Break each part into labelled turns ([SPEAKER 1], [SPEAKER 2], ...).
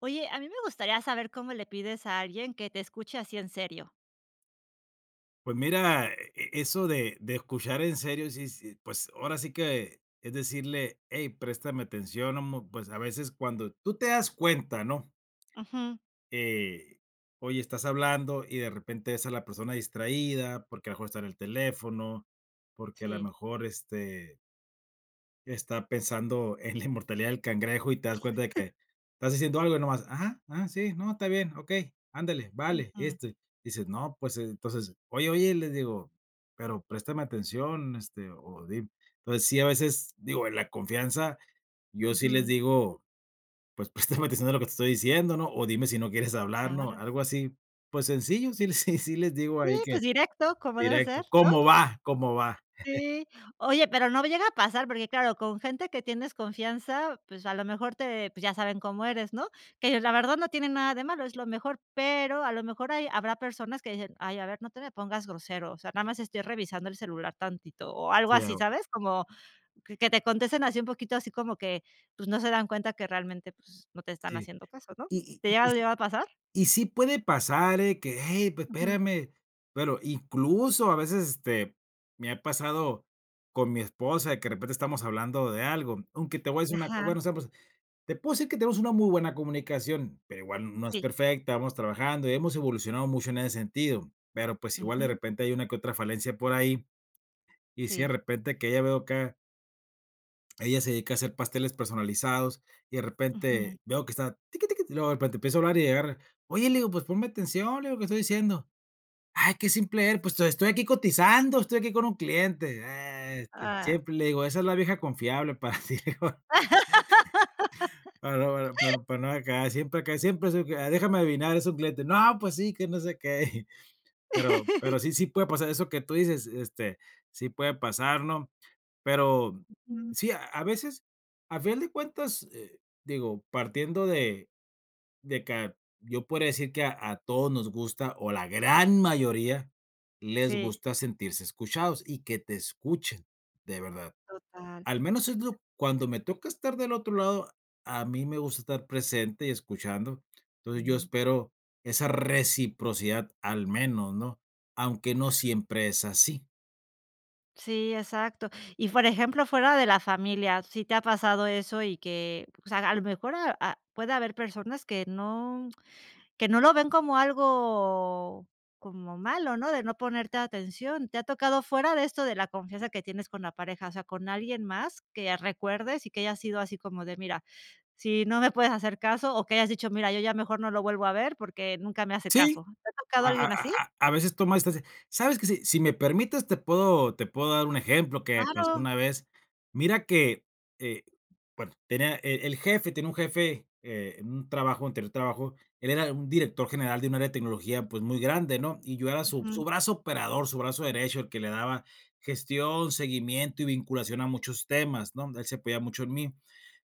[SPEAKER 1] Oye, a mí me gustaría saber cómo le pides a alguien que te escuche así en serio.
[SPEAKER 2] Pues mira, eso de escuchar en serio, sí sí, pues ahora sí que es decirle: "Hey, préstame atención", amo, pues a veces cuando tú te das cuenta, ¿no?
[SPEAKER 1] Ujú,
[SPEAKER 2] Eh, Oye, estás hablando y de repente ves a la persona distraída, porque a lo mejor está en el teléfono, porque a lo
[SPEAKER 1] sí.
[SPEAKER 2] mejor, está pensando en la inmortalidad del cangrejo y te das cuenta de que estás diciendo algo y nomás, ajá, ah, ah, sí, no, está bien, okey, ándale, vale,
[SPEAKER 1] Ujú.
[SPEAKER 2] este. Dices, no, pues, entonces, oye, oye, les digo, pero préstame atención, o dime. Entonces, sí, a veces, digo, en la confianza, yo sí les
[SPEAKER 1] Ujú.
[SPEAKER 2] digo, pues, préstame atención a lo que te estoy diciendo, ¿no? O dime si no quieres hablar, ¿no?
[SPEAKER 1] Claro.
[SPEAKER 2] Algo así, pues, sencillo, sí, sí, sí les digo
[SPEAKER 1] Sí,
[SPEAKER 2] ahí que
[SPEAKER 1] pues directo, como debe
[SPEAKER 2] directo,
[SPEAKER 1] ser, ¿no?
[SPEAKER 2] ¿cómo va? ¿Cómo va?
[SPEAKER 1] Sí. Oye, pero no llega a pasar, porque claro, con gente que tienes confianza, pues a lo mejor te pues ya saben cómo eres, ¿no? Que la verdad no tiene nada de malo, es lo mejor, pero a lo mejor hay habrá personas que dicen: "Ay, a ver, no te me pongas grosero, o sea, nada más estoy revisando el celular tantito", o algo
[SPEAKER 2] Sí,
[SPEAKER 1] así,
[SPEAKER 2] hago,
[SPEAKER 1] ¿sabes? Como que te contesten así un poquito así como que, pues, no se dan cuenta que realmente, pues, no te están
[SPEAKER 2] sí.
[SPEAKER 1] haciendo caso, ¿no?
[SPEAKER 2] y
[SPEAKER 1] ¿Te llega ha llegado a pasar?
[SPEAKER 2] Y sí puede pasar, que: "Hey, pues
[SPEAKER 1] Ujú.
[SPEAKER 2] espérame", pero incluso a veces, me ha pasado con mi esposa, de que de repente estamos hablando de algo, aunque te voy a decir una cosa,
[SPEAKER 1] Ajá,
[SPEAKER 2] bueno, estamos te puedo decir que tenemos una muy buena comunicación, pero igual no es
[SPEAKER 1] sí.
[SPEAKER 2] perfecta, vamos trabajando y hemos evolucionado mucho en ese sentido, pero, pues, igual de
[SPEAKER 1] Ujú.
[SPEAKER 2] repente hay una que otra falencia por ahí, y si de
[SPEAKER 1] Sí.
[SPEAKER 2] repente que ella veo acá ella se dedica a hacer pasteles personalizados y de
[SPEAKER 1] Ujú.
[SPEAKER 2] repente veo que está tiqui, tiqui, y luego de repente empiezo a hablar y llegar, oye, le digo, pues ponme atención, le digo, que estoy diciendo. Ay, qué simple eres, pues te estoy aquí cotizando, estoy aquí con un cliente. Ah,
[SPEAKER 1] Ah,
[SPEAKER 2] siempre le digo, esa es la vieja confiable para ti, le digo, para no para no acá, siempre acá, siempre es déjame adivinar, es un cliente. No, pues sí, que no sé qué. Pero sí, sí puede pasar eso que tú dices, sí puede pasar, ¿no? Pero
[SPEAKER 1] ujú.
[SPEAKER 2] sí, a veces, a final de cuentas, digo, partiendo de que yo podría decir que a todos nos gusta, o la gran mayoría les
[SPEAKER 1] Sí,
[SPEAKER 2] gusta sentirse escuchados y que te escuchen, de verdad.
[SPEAKER 1] total.
[SPEAKER 2] Al menos es lo cuando me toca estar del otro lado, a mí me gusta estar presente y escuchando. Entonces, yo
[SPEAKER 1] Mm.
[SPEAKER 2] espero esa reciprocidad al menos, ¿no? Aunque no siempre es así.
[SPEAKER 1] Sí, exacto. Y, por ejemplo, fuera de la familia, si te ha pasado eso y que, o sea, a lo mejor a puede haber personas que no que no lo ven como algo como malo, ¿no? De no ponerte atención. ¿Te ha tocado fuera de esto de la confianza que tienes con la pareja, o sea, con alguien más que recuerdes y que haya sido así como de: "Mira, si no me puedes hacer caso", o que hayas dicho: "Mira, yo ya mejor no lo vuelvo a ver porque nunca me hace
[SPEAKER 2] Sí,
[SPEAKER 1] caso"? ¿Te ha tocado
[SPEAKER 2] A a
[SPEAKER 1] alguien así?
[SPEAKER 2] a veces toma distancia. ¿Sabes que si me permites, te puedo dar un ejemplo que pasó
[SPEAKER 1] Claro.
[SPEAKER 2] una vez. Mira que, eh, bueno, tenía el jefe, tenía un jefe, en un trabajo, anterior trabajo, él era un director general de un área de tecnología, pues, muy grande, ¿no? Y yo era su
[SPEAKER 1] Ujú.
[SPEAKER 2] brazo operador, su brazo derecho, el que le daba gestión, seguimiento y vinculación a muchos temas, ¿no? Él se apoyaba mucho en mí.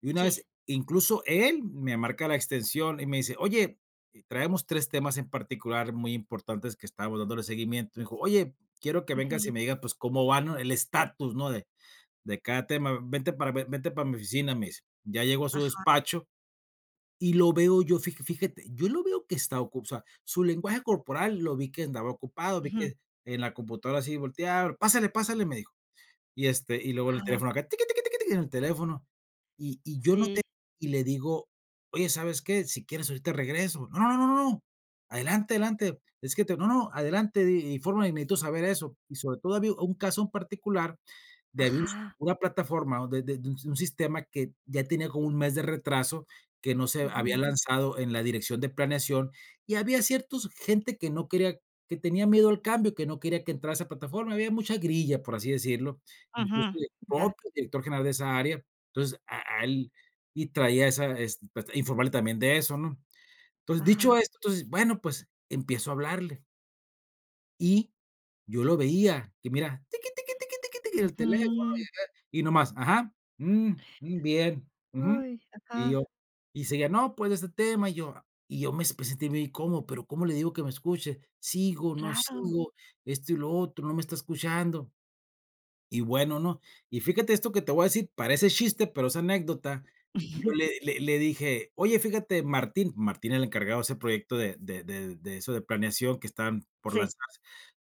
[SPEAKER 2] Y una
[SPEAKER 1] Sí.
[SPEAKER 2] vez, incluso él me marca la extensión y me dice, oye, traemos tres temas en particular muy importantes que estábamos dándole seguimiento. Me dijo, oye, quiero que vengas y
[SPEAKER 1] Ujú.
[SPEAKER 2] me digas, pues, cómo van, ¿no? El estatus, ¿no? De cada tema. Vente para mi oficina, me dice. Ya llego a su
[SPEAKER 1] Ajá.
[SPEAKER 2] despacho y lo veo yo, fíjate, yo lo veo que está ocupado, o sea, su lenguaje corporal lo vi que andaba ocupado, vi
[SPEAKER 1] Ujú.
[SPEAKER 2] que en la computadora así volteaba, pásale, pásale, me dijo. Y luego el
[SPEAKER 1] Ajá.
[SPEAKER 2] teléfono acá, tiqui, tiqui, tiqui, tiqui, en el teléfono. Y yo noté
[SPEAKER 1] Sí.
[SPEAKER 2] y le digo: "Oye, ¿sabes qué? Si quieres ahorita regreso". "No, no, no, no, no, adelante, adelante, es que te no, no, adelante, di infórmame, necesito saber eso". Y sobre todo había un caso en particular de había un
[SPEAKER 1] Ajá.
[SPEAKER 2] una plataforma, o de un sistema que ya tenía como un mes de retraso, que no se había
[SPEAKER 1] Ujú.
[SPEAKER 2] lanzado en la dirección de planeación, y había ciertos gente que no quería que tenía miedo al cambio, que no quería que entrara esa plataforma, había mucha grilla, por así decirlo. Incluso
[SPEAKER 1] Ujú.
[SPEAKER 2] del
[SPEAKER 1] Ya.
[SPEAKER 2] propio director general de esa área. Entonces, a él y traía esa, pues, informarle también de eso, ¿no? Entonces, dicho
[SPEAKER 1] Ajá.
[SPEAKER 2] esto, entonces, bueno, pues, empiezo a hablarle, y yo lo veía que mira, tiqui, tiqui, tiqui, tiqui, tiqui, el teléfono,
[SPEAKER 1] Ujú.
[SPEAKER 2] y nomás, ajá, mm, mm, bien, ujú.
[SPEAKER 1] Uy,
[SPEAKER 2] Y
[SPEAKER 1] ajá.
[SPEAKER 2] yo y seguía, no, pues, este tema, y yo me sentí bien incómodo, pero, ¿cómo le digo que me escuche? Sigo, no
[SPEAKER 1] Claro.
[SPEAKER 2] sigo, esto y lo otro, no me está escuchando. Y bueno, ¿no? Y fíjate esto que te voy a decir, parece chiste, pero es anécdota. Yo le dije: "Oye, fíjate, Martín", Martín el encargado de ese proyecto de eso de planeación que estaban por
[SPEAKER 1] Sí.
[SPEAKER 2] lanzarse.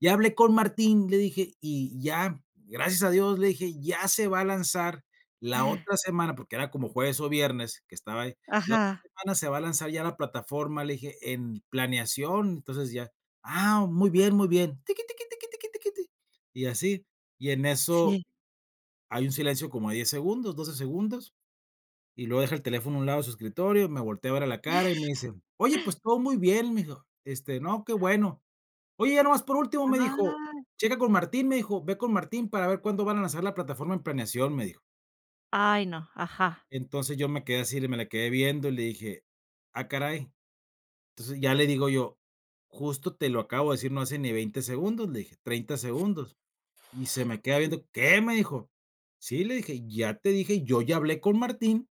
[SPEAKER 2] Ya hablé con Martín, le dije, y ya, gracias a Dios, le dije, ya se va a lanzar la otra semana, porque era como jueves o viernes que estaba ahí. La otra
[SPEAKER 1] Ajá,
[SPEAKER 2] semana se va a lanzar ya la plataforma, le dije, en planeación, entonces ya, ah, muy bien, tiqui, tiqui, tiqui, tiqui, tiqui, ti. Y así. Y en eso
[SPEAKER 1] sí.
[SPEAKER 2] hay un silencio como de 10 segundos, 12 segundos, y luego deja el teléfono a un lado de su escritorio, me voltea a ver a la cara y me dice: "Oye, pues todo muy bien", me dijo, "no, qué bueno". Oye, ya nomás por último, me dijo:
[SPEAKER 1] Ay,
[SPEAKER 2] "Checa con Martín", me dijo, "ve con Martín para ver cuándo van a lanzar la plataforma en planeación", me dijo.
[SPEAKER 1] ay, no, ajá.
[SPEAKER 2] Entonces yo me quedé así, me la quedé viendo y le dije: "Ah, caray". Entonces ya le digo yo: "Justo te lo acabo de decir no hace ni 20 segundos", le dije, 30 segundos". Y se me queda viendo, ¿qué? Me dijo. Sí, le dije, ya te dije, yo ya hablé con Martín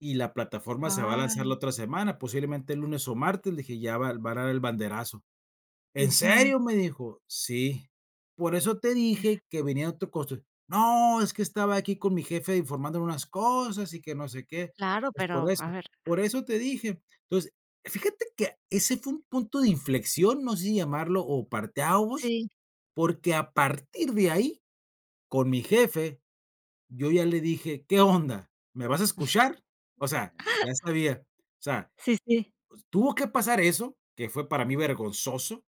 [SPEAKER 2] y la plataforma se va a lanzar la
[SPEAKER 1] Ay,
[SPEAKER 2] otra semana, posiblemente el lunes o martes. Le dije, ya va, van a dar el banderazo. ¿En
[SPEAKER 1] ujú.
[SPEAKER 2] serio? Me dijo, sí. Por eso te dije que venía otro costo. No, es que estaba aquí con mi jefe informándole unas cosas y que no sé qué.
[SPEAKER 1] Claro,
[SPEAKER 2] Pues
[SPEAKER 1] pero a ver
[SPEAKER 2] por eso te dije. Entonces, fíjate que ese fue un punto de inflexión, no sé si llamarlo o parteaguas,
[SPEAKER 1] sí,
[SPEAKER 2] porque a partir de ahí con mi jefe, yo ya le dije: "¿Qué onda? ¿Me vas a escuchar?". O sea, ya sabía. O sea,
[SPEAKER 1] sí, sí.
[SPEAKER 2] tuvo que pasar eso, que fue para mí vergonzoso,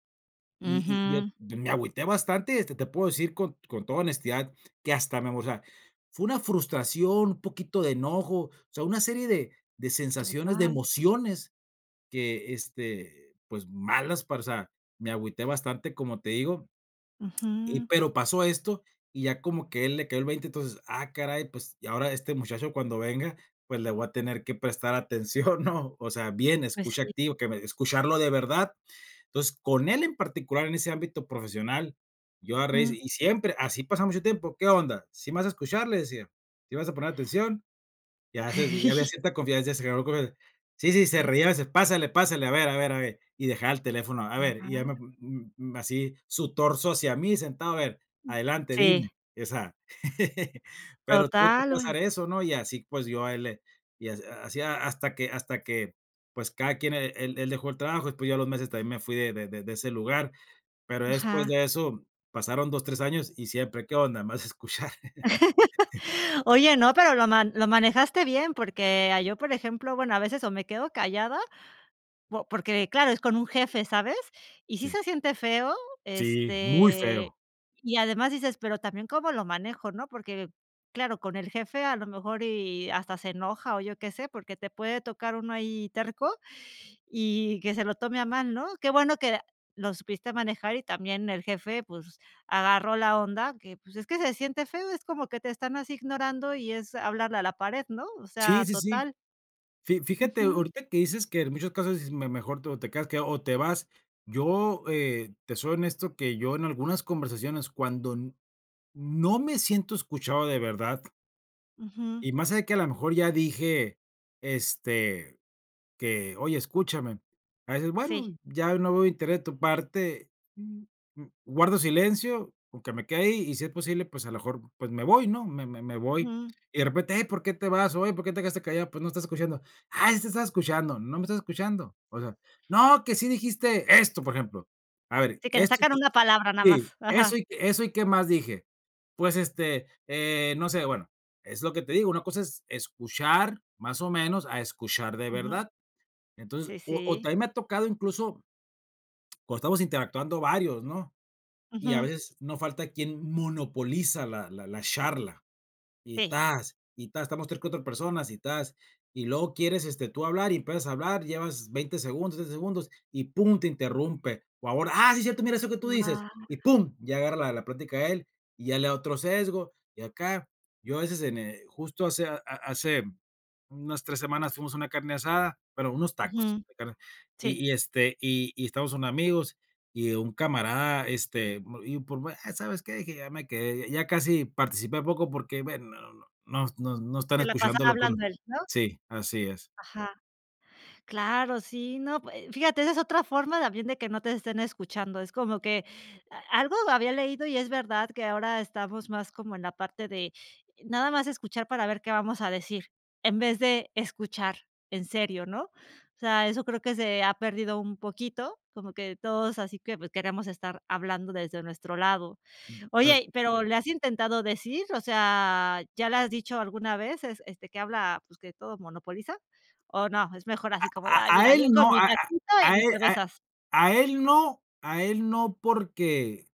[SPEAKER 2] y yo
[SPEAKER 1] Ujú,
[SPEAKER 2] me agüité bastante, te puedo decir con toda honestidad que hasta me o sea, fue una frustración, un poquito de enojo, o sea, una serie de sensaciones, de
[SPEAKER 1] total,
[SPEAKER 2] emociones que, pues, malas para o sea, me agüité bastante, como te digo, y
[SPEAKER 1] ujú.
[SPEAKER 2] pero pasó esto, y ya como que él le cayó el 20 entonces, ah, caray, pues, y ahora este muchacho cuando venga, pues, le voy a tener que prestar atención, ¿no? O sea, bien,
[SPEAKER 1] Pues
[SPEAKER 2] escucha
[SPEAKER 1] sí,
[SPEAKER 2] activo que me escucharlo de verdad. Entonces, con él en particular, en ese ámbito profesional, yo a agarré
[SPEAKER 1] ujú.
[SPEAKER 2] y siempre, así pasa mucho tiempo, ¿qué onda? ¿Si vas a escuchar? Le decía, ¿si vas a poner atención? Ya había cierta confianza, se agarró con sí, sí, se reía a veces, pásale, pásale, a ver, a ver, a ver, y dejaba el teléfono, a ver, y ya
[SPEAKER 1] Ajá,
[SPEAKER 2] me mm, mm, así su torso hacia mí sentado, a ver, adelante, dime,
[SPEAKER 1] sí,
[SPEAKER 2] esa pero tuvo que
[SPEAKER 1] total, uy,
[SPEAKER 2] pasar eso, ¿no? Y así, pues, yo a él le y as así hasta que pues, cada quien, él dejó el trabajo, después yo a los meses también me fui de ese lugar, pero después
[SPEAKER 1] ajá.
[SPEAKER 2] de eso pasaron 2 3 años y siempre, ¿qué onda? Más escuchar.
[SPEAKER 1] Oye, no, pero lo manejaste bien, porque, ah, yo, por ejemplo, bueno, a veces o me quedo callada Po porque, claro, es con un jefe, ¿sabes? Y sí
[SPEAKER 2] Sí,
[SPEAKER 1] se siente feo,
[SPEAKER 2] sí, muy
[SPEAKER 1] este,
[SPEAKER 2] feo.
[SPEAKER 1] y además dices: "Pero también cómo lo manejo", ¿no? Porque, claro, con el jefe a lo mejor y hasta se enoja o yo qué sé, porque te puede tocar uno ahí terco y que se lo tome a mal, ¿no? Qué bueno que lo supiste manejar y también el jefe, pues, agarró la onda, que, pues, es que se siente feo, es como que te están así ignorando y es hablarle a la pared, ¿no? O
[SPEAKER 2] Sí,
[SPEAKER 1] sea,
[SPEAKER 2] sí, sí.
[SPEAKER 1] total.
[SPEAKER 2] Fí Fíjate,
[SPEAKER 1] Ujú,
[SPEAKER 2] ahorita que dices que en muchos casos es "Me mejor te o te quedas que o te vas". Yo, te soy honesto que yo en algunas conversaciones cuando n no me siento escuchado de verdad,
[SPEAKER 1] ujú,
[SPEAKER 2] y más allá de que a lo mejor ya dije, este que: "Oye, escúchame". A veces, bueno,
[SPEAKER 1] sí,
[SPEAKER 2] ya no veo interés de tu parte, guardo silencio, aunque me quede ahí, y si es posible, pues, a lo mejor, pues, me voy, ¿no? Me voy.
[SPEAKER 1] ujú.
[SPEAKER 2] Y de repente: "Hey, ¿por qué te vas? Oye, ¿por qué te quedaste callado? Pues, no estás escuchando". "Ah, sí te estaba escuchando". "No me estás escuchando". O sea: "No, que sí dijiste esto", por ejemplo. A ver,
[SPEAKER 1] Sí, que le
[SPEAKER 2] esto y
[SPEAKER 1] sacan
[SPEAKER 2] que
[SPEAKER 1] una palabra nada
[SPEAKER 2] sí,
[SPEAKER 1] más.
[SPEAKER 2] eso
[SPEAKER 1] Ajá.
[SPEAKER 2] y eso y ¿qué más dije? Pues, este, no sé, bueno, es lo que te digo, una cosa es escuchar, más o menos, a escuchar de
[SPEAKER 1] Ujú.
[SPEAKER 2] verdad. Entonces,
[SPEAKER 1] Sí,
[SPEAKER 2] o
[SPEAKER 1] sí.
[SPEAKER 2] también me ha tocado incluso cuando estamos interactuando varios, ¿no? Y a
[SPEAKER 1] Ujú.
[SPEAKER 2] veces no falta quien monopoliza la charla.
[SPEAKER 1] Sí.
[SPEAKER 2] Y tas, estamos 3, 4 personas y tas. Y luego quieres, este, tú hablar y empiezas a hablar, llevas 20 segundos, 30 segundos y pum, te interrumpe. O ahora, ah, sí, cierto, mira eso que tú dices,
[SPEAKER 1] Guau.
[SPEAKER 2] y pum, ya agarra la plática a él y ya le da otro sesgo. Y acá, yo a veces en, justo hace unas 3 semanas fuimos a una carne asada, bueno, unos tacos
[SPEAKER 1] Ujú.
[SPEAKER 2] de carne,
[SPEAKER 1] Sí.
[SPEAKER 2] este, y estamos con amigos y un camarada, este, ¿sabes qué? Dije: "Ya me quedé, ya casi participé poco porque, bueno, no están
[SPEAKER 1] Se la pasa
[SPEAKER 2] escuchando lo que uno".
[SPEAKER 1] hablando él, ¿no?
[SPEAKER 2] Sí, así es.
[SPEAKER 1] Ajá. Claro, sí, no, pue fíjate, esa es otra forma también de que no te estén escuchando. Es como que a algo había leído y es verdad que ahora estamos más como en la parte de nada más escuchar para ver qué vamos a decir, en vez de escuchar en serio, ¿no? O sea, eso creo que se ha perdido un poquito, como que todos así que, pues, queremos estar hablando desde nuestro lado.
[SPEAKER 2] A
[SPEAKER 1] Oye, pero, ¿le has intentado decir? O sea, ¿ya le has dicho alguna vez, es este, que habla, pues, que todo monopoliza? ¿O no? Es mejor así como de: "Ay,
[SPEAKER 2] a
[SPEAKER 1] mira, yo
[SPEAKER 2] él
[SPEAKER 1] con
[SPEAKER 2] no,
[SPEAKER 1] mi
[SPEAKER 2] a
[SPEAKER 1] taquito
[SPEAKER 2] a
[SPEAKER 1] y
[SPEAKER 2] a
[SPEAKER 1] mis
[SPEAKER 2] él a
[SPEAKER 1] cervezas".
[SPEAKER 2] a él no a él no porque,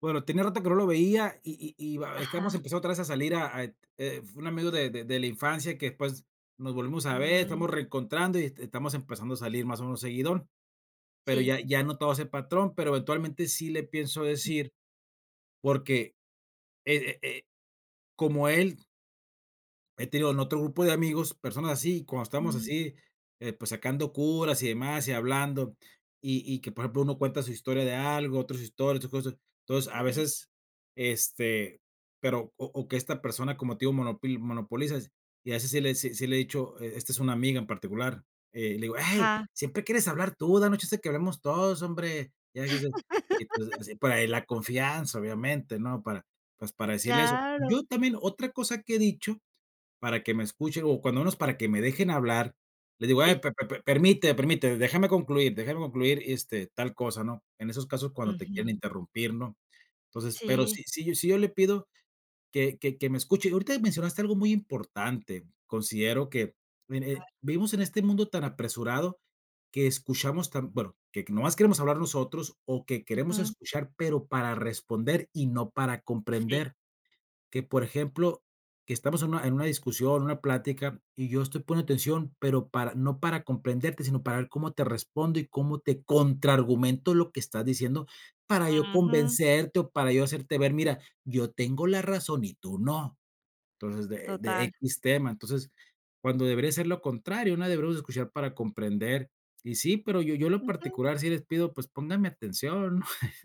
[SPEAKER 2] bueno, tenía rato que no lo veía y va estamos
[SPEAKER 1] Ajá.
[SPEAKER 2] empezando otra vez a salir fue un amigo de la infancia que después nos volvimos a ver,
[SPEAKER 1] Mm,
[SPEAKER 2] estamos reencontrando y estamos empezando a salir más o menos seguidón. Pero ya
[SPEAKER 1] sí.
[SPEAKER 2] ya no todo ese patrón, pero eventualmente sí le pienso decir, porque, eh eh eh, como él. He tenido en otro grupo de amigos, personas así, y cuando estamos
[SPEAKER 1] Mm,
[SPEAKER 2] así, pues sacando curas y demás, y hablando, y que, por ejemplo, uno cuenta su historia de algo, otros historias historia, cosas. Entonces, a
[SPEAKER 1] sí.
[SPEAKER 2] veces, este, pero o que esta persona, como te digo, monopil monopolizas, y a veces sí le he dicho, esta es una amiga en particular, le digo: "Hey,
[SPEAKER 1] Ajá.
[SPEAKER 2] siempre quieres hablar tú, danos chance que hablemos todos, hombre". Ya dice y pues así para la confianza, obviamente, ¿no? Para, pues, para decirle eso.
[SPEAKER 1] Claro.
[SPEAKER 2] Yo también, otra cosa que he dicho para que me escuchen, o cuando menos para que me dejen hablar. Les digo: "Ay,
[SPEAKER 1] Sí.
[SPEAKER 2] pe pe pe permite, permite, déjame concluir, este, tal cosa", ¿no? En esos casos cuando te quieren
[SPEAKER 1] Ujú.
[SPEAKER 2] interrumpir, ¿no? Entonces, pero sí
[SPEAKER 1] Sí.
[SPEAKER 2] sí yo sí yo le pido que me escuche. Ahorita mencionaste algo muy importante. Considero que, mire, vivimos en este mundo tan apresurado que escuchamos tan bueno, que nomás queremos hablar nosotros o que queremos
[SPEAKER 1] Ujú.
[SPEAKER 2] escuchar, pero para responder y no para
[SPEAKER 1] Sí.
[SPEAKER 2] comprender. Que, por ejemplo, que estamos en una discusión, una plática, y yo estoy poniendo atención, pero para no para comprenderte, sino para ver cómo te respondo y cómo te contraargumento lo que estás diciendo, para yo
[SPEAKER 1] Ujú.
[SPEAKER 2] convencerte o para yo hacerte ver, mira, yo tengo la razón y tú no. Entonces, de
[SPEAKER 1] Total.
[SPEAKER 2] x tema. Entonces, cuando debería ser lo contrario, ¿no? Deberíamos escuchar para comprender. Y sí, pero yo en lo
[SPEAKER 1] Ujú.
[SPEAKER 2] particular sí les pido, pues, pónganme atención.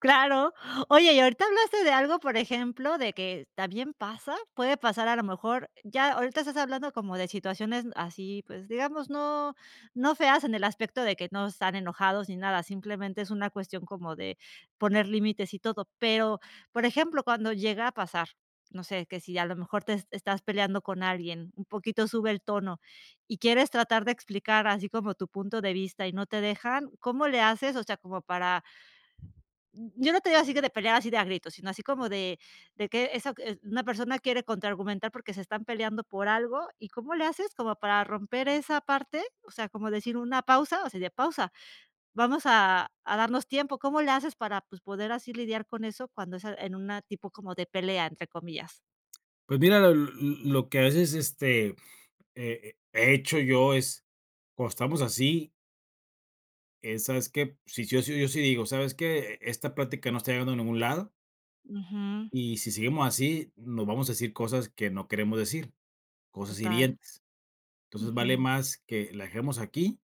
[SPEAKER 1] Claro. Oye, y ahorita hablaste de algo, por ejemplo, de que también pasa, puede pasar a lo mejor, ya ahorita estás hablando como de situaciones así, pues, digamos, no feas en el aspecto de que no están enojados ni nada, simplemente es una cuestión como de poner límites y todo. Pero, por ejemplo, cuando llega a pasar, no sé, que si a lo mejor te es estás peleando con alguien, un poquito sube el tono y quieres tratar de explicar así como tu punto de vista y no te dejan, ¿cómo le haces? O sea, como para yo no te digo así que de pelear así de a gritos, sino así como de que esa una persona quiere contraargumentar porque se están peleando por algo, ¿y cómo le haces como para romper esa parte? O sea, como decir una pausa, o sea, de pausa, vamos a darnos tiempo, ¿cómo le haces para, pues, poder así lidiar con eso cuando es a- en una tipo como de pelea, entre comillas?
[SPEAKER 2] Pues mira, lo que a veces, este, he hecho yo es, cuando estamos así, ¿sabes qué? Si yo sí digo, ¿sabes qué? Esta plática no está llegando a ningún lado
[SPEAKER 1] Ujú,
[SPEAKER 2] y si seguimos así, nos vamos a decir cosas que no queremos decir, cosas
[SPEAKER 1] total.
[SPEAKER 2] hirientes. Entonces, vale
[SPEAKER 1] Ujú.
[SPEAKER 2] más que la dejemos aquí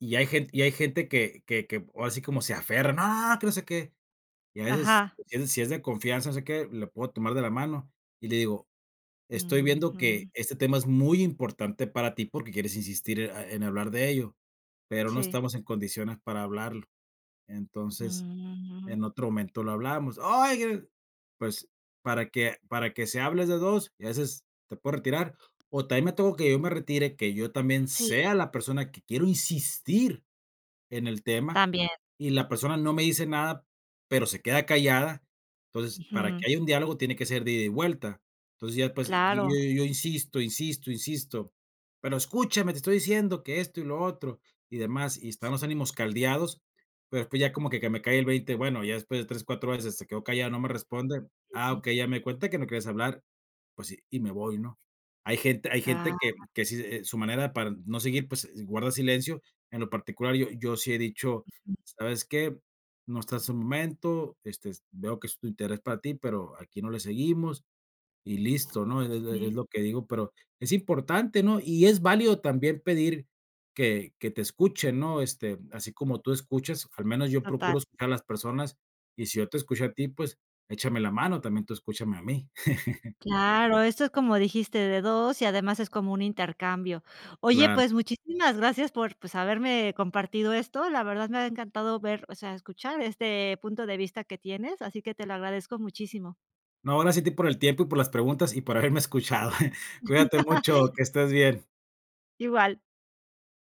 [SPEAKER 2] y hay gente que ahora sí como se aferra, no, no, no, que no sé qué. Y a veces,
[SPEAKER 1] Ajá.
[SPEAKER 2] si es de confianza, no sé qué, le puedo tomar de la mano y le digo: Estoy viendo
[SPEAKER 1] Ujú.
[SPEAKER 2] que este tema es muy importante para ti porque quieres insistir, en hablar de ello, pero no
[SPEAKER 1] Sí.
[SPEAKER 2] estamos en condiciones para hablarlo. Entonces,
[SPEAKER 1] Mm.
[SPEAKER 2] en otro momento lo hablamos. Oye, pues para que se hable de 2, y a veces te puedo retirar, o también me tengo que yo me retire, que yo también
[SPEAKER 1] Sí,
[SPEAKER 2] sea la persona que quiero insistir en el tema,
[SPEAKER 1] también.
[SPEAKER 2] y la persona no me dice nada, pero se queda callada. Entonces, para
[SPEAKER 1] Ujú,
[SPEAKER 2] que haya un diálogo tiene que ser de ida y vuelta. Entonces, ya pues, yo
[SPEAKER 1] claro.
[SPEAKER 2] yo yo insisto, insisto, insisto, pero escúchame, te estoy diciendo que esto y lo otro y demás, y están los ánimos caldeados, pero después ya como que me cae el 20 bueno, ya después de 3, 4 veces se quedó callada, no me responde, ah,
[SPEAKER 1] Sí.
[SPEAKER 2] ok ya me di cuenta que no quieres hablar, pues sí, y me voy, ¿no? Hay gente
[SPEAKER 1] Claro.
[SPEAKER 2] que sí, su manera para no seguir, pues, guarda silencio en lo particular, yo sí he dicho: "¿Sabes qué? No está en su momento, este, veo que es tu interés para ti, pero aquí no le seguimos", y listo, ¿no? Es
[SPEAKER 1] Sí,
[SPEAKER 2] lo que digo, pero es importante, ¿no? Y es válido también pedir que te escuchen, ¿no? Este, así como tú escuchas, al menos yo
[SPEAKER 1] total.
[SPEAKER 2] procuro escuchar a las personas, y si yo te escucho a ti, pues, échame la mano, también tú escúchame a mí.
[SPEAKER 1] Claro, esto es como dijiste, de 2 y además es como un intercambio. Oye,
[SPEAKER 2] Claro.
[SPEAKER 1] pues, muchísimas gracias por, pues, haberme compartido esto. La verdad me ha encantado ver, o sea, escuchar este punto de vista que tienes, así que te lo agradezco muchísimo.
[SPEAKER 2] No, gracias a ti por el tiempo y por las preguntas y por haberme escuchado. Cuídate mucho, que estés bien.
[SPEAKER 1] Igual.